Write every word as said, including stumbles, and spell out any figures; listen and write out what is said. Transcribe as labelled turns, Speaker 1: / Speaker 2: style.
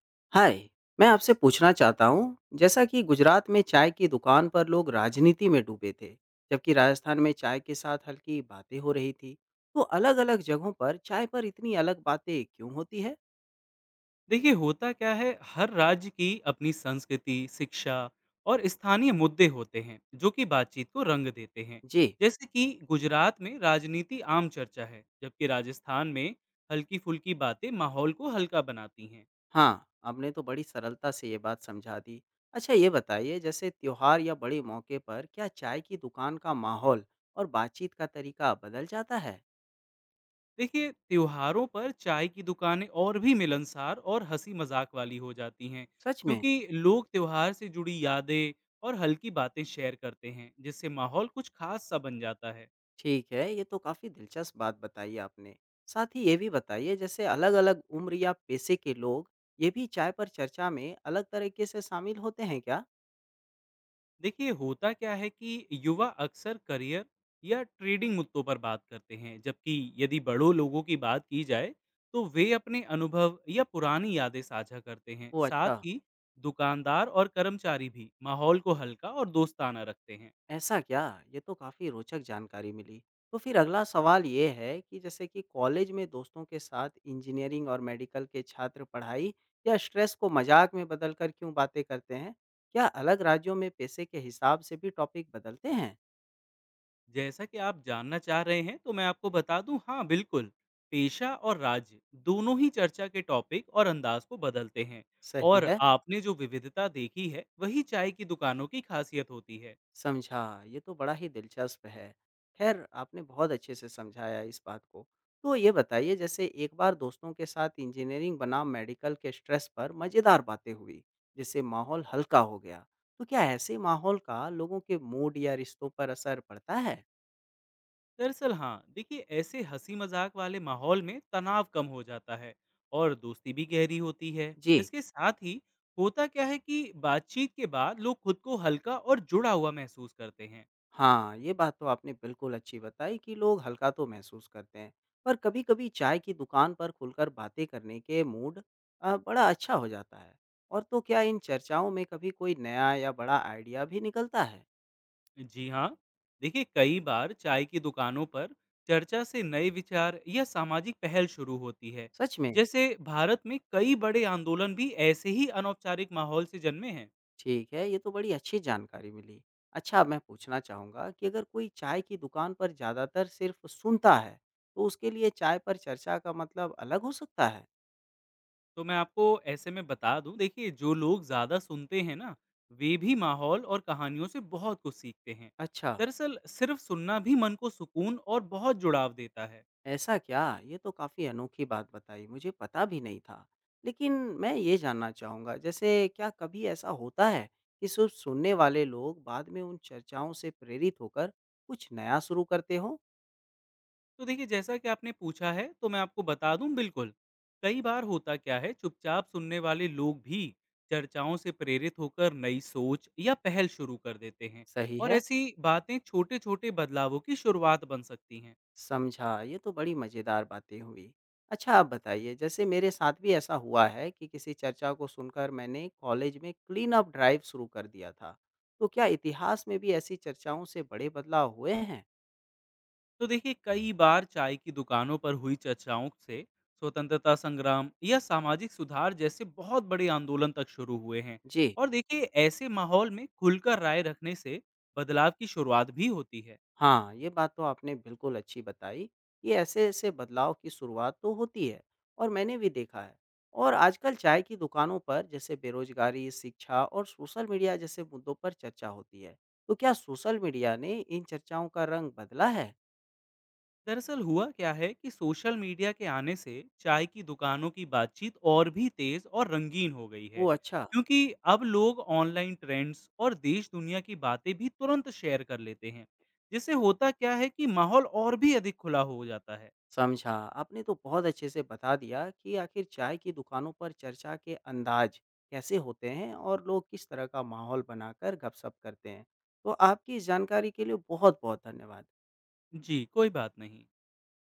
Speaker 1: हाय। मैं आपसे पूछना चाहता हूँ जैसा कि गुजरात में चाय की दुकान पर लोग राजनीति में डूबे थे जबकि राजस्थान में चाय के साथ हल्की बातें हो रही थी तो अलग-अलग जगहों पर चाय पर इतनी अलग बातें क्यों होती है।
Speaker 2: देखिए होता क्या है हर राज्य की अपनी संस्कृति, शिक्षा और स्थानीय मुद्दे होते हैं जो कि बातचीत को रंग देते हैं।
Speaker 1: जी।
Speaker 2: जैसे कि गुजरात में राजनीति आम चर्चा है, जबकि राजस्थान में हल्की-फुल्की बातें माहौल को हल्का बनाती हैं।
Speaker 1: हाँ, आपने तो बड़ी सरलता से ये बात समझा दी। अच्छा ये बताइए जैसे त्योहार या बड़े मौके पर क्या चाय की दुकान का माहौल और बातचीत का तरीका बदल जाता है।
Speaker 2: देखिए त्योहारों पर चाय की दुकानें और भी मिलनसार और हंसी-मजाक वाली हो जाती हैं,
Speaker 1: सच में?
Speaker 2: क्योंकि लोग त्योहार से जुड़ी यादें और हल्की बातें शेयर करते हैं, जिससे माहौल कुछ खास सा बन जाता है।
Speaker 1: ठीक है, ये तो काफ़ी दिलचस्प बात बताई आपने। साथ ही ये भी बताइए जैसे अलग-अलग उम्र या पेशे के लोग ये भी चाय पर चर्चा में अलग तरीके से शामिल होते हैं क्या?
Speaker 2: देखिए होता क्या है कि युवा अक्सर करियर या ट्रेडिंग मुद्दों पर बात करते हैं जबकि यदि बड़ों लोगों की बात की जाए तो वे अपने अनुभव या पुरानी यादें साझा करते हैं।
Speaker 1: ओह
Speaker 2: साथ
Speaker 1: अच्छा!
Speaker 2: ही दुकानदार और कर्मचारी भी माहौल को हल्का और दोस्ताना रखते हैं।
Speaker 1: ऐसा क्या? ये तो काफ़ी रोचक जानकारी मिली। तो फिर अगला सवाल ये है कि जैसे कि कॉलेज में दोस्तों के साथ इंजीनियरिंग और मेडिकल के छात्र पढ़ाई या स्ट्रेस को मज़ाक में बदलकर क्यों बातें करते हैं? क्या अलग राज्यों में पेशे के हिसाब से भी टॉपिक बदलते हैं?
Speaker 2: जैसा कि आप जानना चाह रहे हैं तो मैं आपको बता दूं हाँ बिल्कुल पेशा और राज्य दोनों ही चर्चा के टॉपिक और अंदाज को बदलते हैं।
Speaker 1: सही
Speaker 2: और
Speaker 1: है।
Speaker 2: आपने जो विविधता देखी है वही चाय की दुकानों की खासियत होती है।
Speaker 1: समझा, ये तो बड़ा ही दिलचस्प है। ख़ैर आपने बहुत अच्छे से समझाया इस बात को। तो ये बताइए जैसे एक बार दोस्तों के साथ इंजीनियरिंग बनाम मेडिकल के स्ट्रेस पर मज़ेदार बातें हुई, जिससे माहौल हल्का हो गया। तो क्या ऐसे माहौल का लोगों के मूड या रिश्तों पर असर पड़ता है?
Speaker 2: दरअसल हाँ देखिए ऐसे हंसी मजाक वाले माहौल में तनाव कम हो जाता है और दोस्ती भी गहरी होती है।
Speaker 1: जी।
Speaker 2: इसके साथ ही होता क्या है कि बातचीत के बाद लोग खुद को हल्का और जुड़ा हुआ महसूस करते हैं।
Speaker 1: हाँ, ये बात तो आपने बिल्कुल अच्छी बताई कि लोग हल्का तो महसूस करते हैं, पर कभी-कभी चाय की दुकान पर खुलकर बातें करने के मूड अ, बड़ा अच्छा हो जाता है। और तो क्या इन चर्चाओं में कभी कोई नया या बड़ा आइडिया भी निकलता है?
Speaker 2: जी हाँ, देखिए कई बार चाय की दुकानों पर चर्चा से नए विचार या सामाजिक पहल शुरू होती है।
Speaker 1: सच में?
Speaker 2: जैसे भारत में कई बड़े आंदोलन भी ऐसे ही अनौपचारिक माहौल से जन्मे हैं।
Speaker 1: ठीक है, ये तो बड़ी अच्छी जानकारी मिली। अच्छा, मैं पूछना चाहूँगा कि अगर कोई चाय की दुकान पर ज़्यादातर सिर्फ सुनता है, तो उसके लिए चाय पर चर्चा का मतलब अलग हो सकता है?
Speaker 2: तो मैं आपको ऐसे में बता दूं देखिए जो लोग ज़्यादा सुनते हैं ना वे भी माहौल और कहानियों से बहुत कुछ सीखते हैं।
Speaker 1: अच्छा।
Speaker 2: दरअसल सिर्फ सुनना भी मन को सुकून और बहुत जुड़ाव देता है।
Speaker 1: ऐसा क्या? ये तो काफ़ी अनोखी बात बताई, मुझे पता भी नहीं था। लेकिन मैं ये जानना चाहूँगा, जैसे क्या कभी ऐसा होता है कि सिर्फ़ सुनने वाले लोग बाद में उन चर्चाओं से प्रेरित होकर कुछ नया शुरू करते हों?
Speaker 2: तो देखिए जैसा कि आपने पूछा है तो मैं आपको बता दूं बिल्कुल कई बार होता क्या है चुपचाप सुनने वाले लोग भी चर्चाओं से प्रेरित होकर नई सोच या पहल शुरू कर देते हैं।
Speaker 1: सही
Speaker 2: और
Speaker 1: है,
Speaker 2: ऐसी बातें छोटे छोटे बदलावों की शुरुआत बन सकती हैं।
Speaker 1: समझा। ये तो बड़ी मज़ेदार बातें हुई। अच्छा आप बताइए, जैसे मेरे साथ भी ऐसा हुआ है कि किसी चर्चा को सुनकर मैंने कॉलेज में क्लीन अप ड्राइव शुरू कर दिया था। तो क्या इतिहास में भी ऐसी चर्चाओं से बड़े बदलाव हुए हैं?
Speaker 2: तो देखिए कई बार चाय की दुकानों पर हुई चर्चाओं से स्वतंत्रता संग्राम या सामाजिक सुधार जैसे बहुत बड़े आंदोलन तक शुरू हुए हैं।
Speaker 1: जी।
Speaker 2: और देखिए ऐसे माहौल में खुलकर राय रखने से बदलाव की शुरुआत भी होती है।
Speaker 1: हाँ, ये बात तो आपने बिल्कुल अच्छी बताई कि ऐसे-ऐसे बदलाव की शुरुआत तो होती है और मैंने भी देखा है। और आजकल चाय की दुकानों पर जैसे बेरोज़गारी, शिक्षा और सोशल मीडिया जैसे मुद्दों पर चर्चा होती है। तो क्या सोशल मीडिया ने इन चर्चाओं का रंग बदला है?
Speaker 2: दरअसल हुआ क्या है कि सोशल मीडिया के आने से चाय की दुकानों की बातचीत और भी तेज और रंगीन हो गई है,
Speaker 1: ओह! अच्छा,
Speaker 2: क्योंकि अब लोग ऑनलाइन ट्रेंड्स और देश दुनिया की बातें भी तुरंत शेयर कर लेते हैं, जिससे होता क्या है कि माहौल और भी अधिक खुला हो जाता है।
Speaker 1: समझा। आपने तो बहुत अच्छे से बता दिया कि आखिर चाय की दुकानों पर चर्चा के अंदाज कैसे होते हैं और लोग किस तरह का माहौल बनाकर गपशप करते हैं। तो आपकी इस जानकारी के लिए बहुत-बहुत धन्यवाद।
Speaker 2: जी, कोई बात नहीं।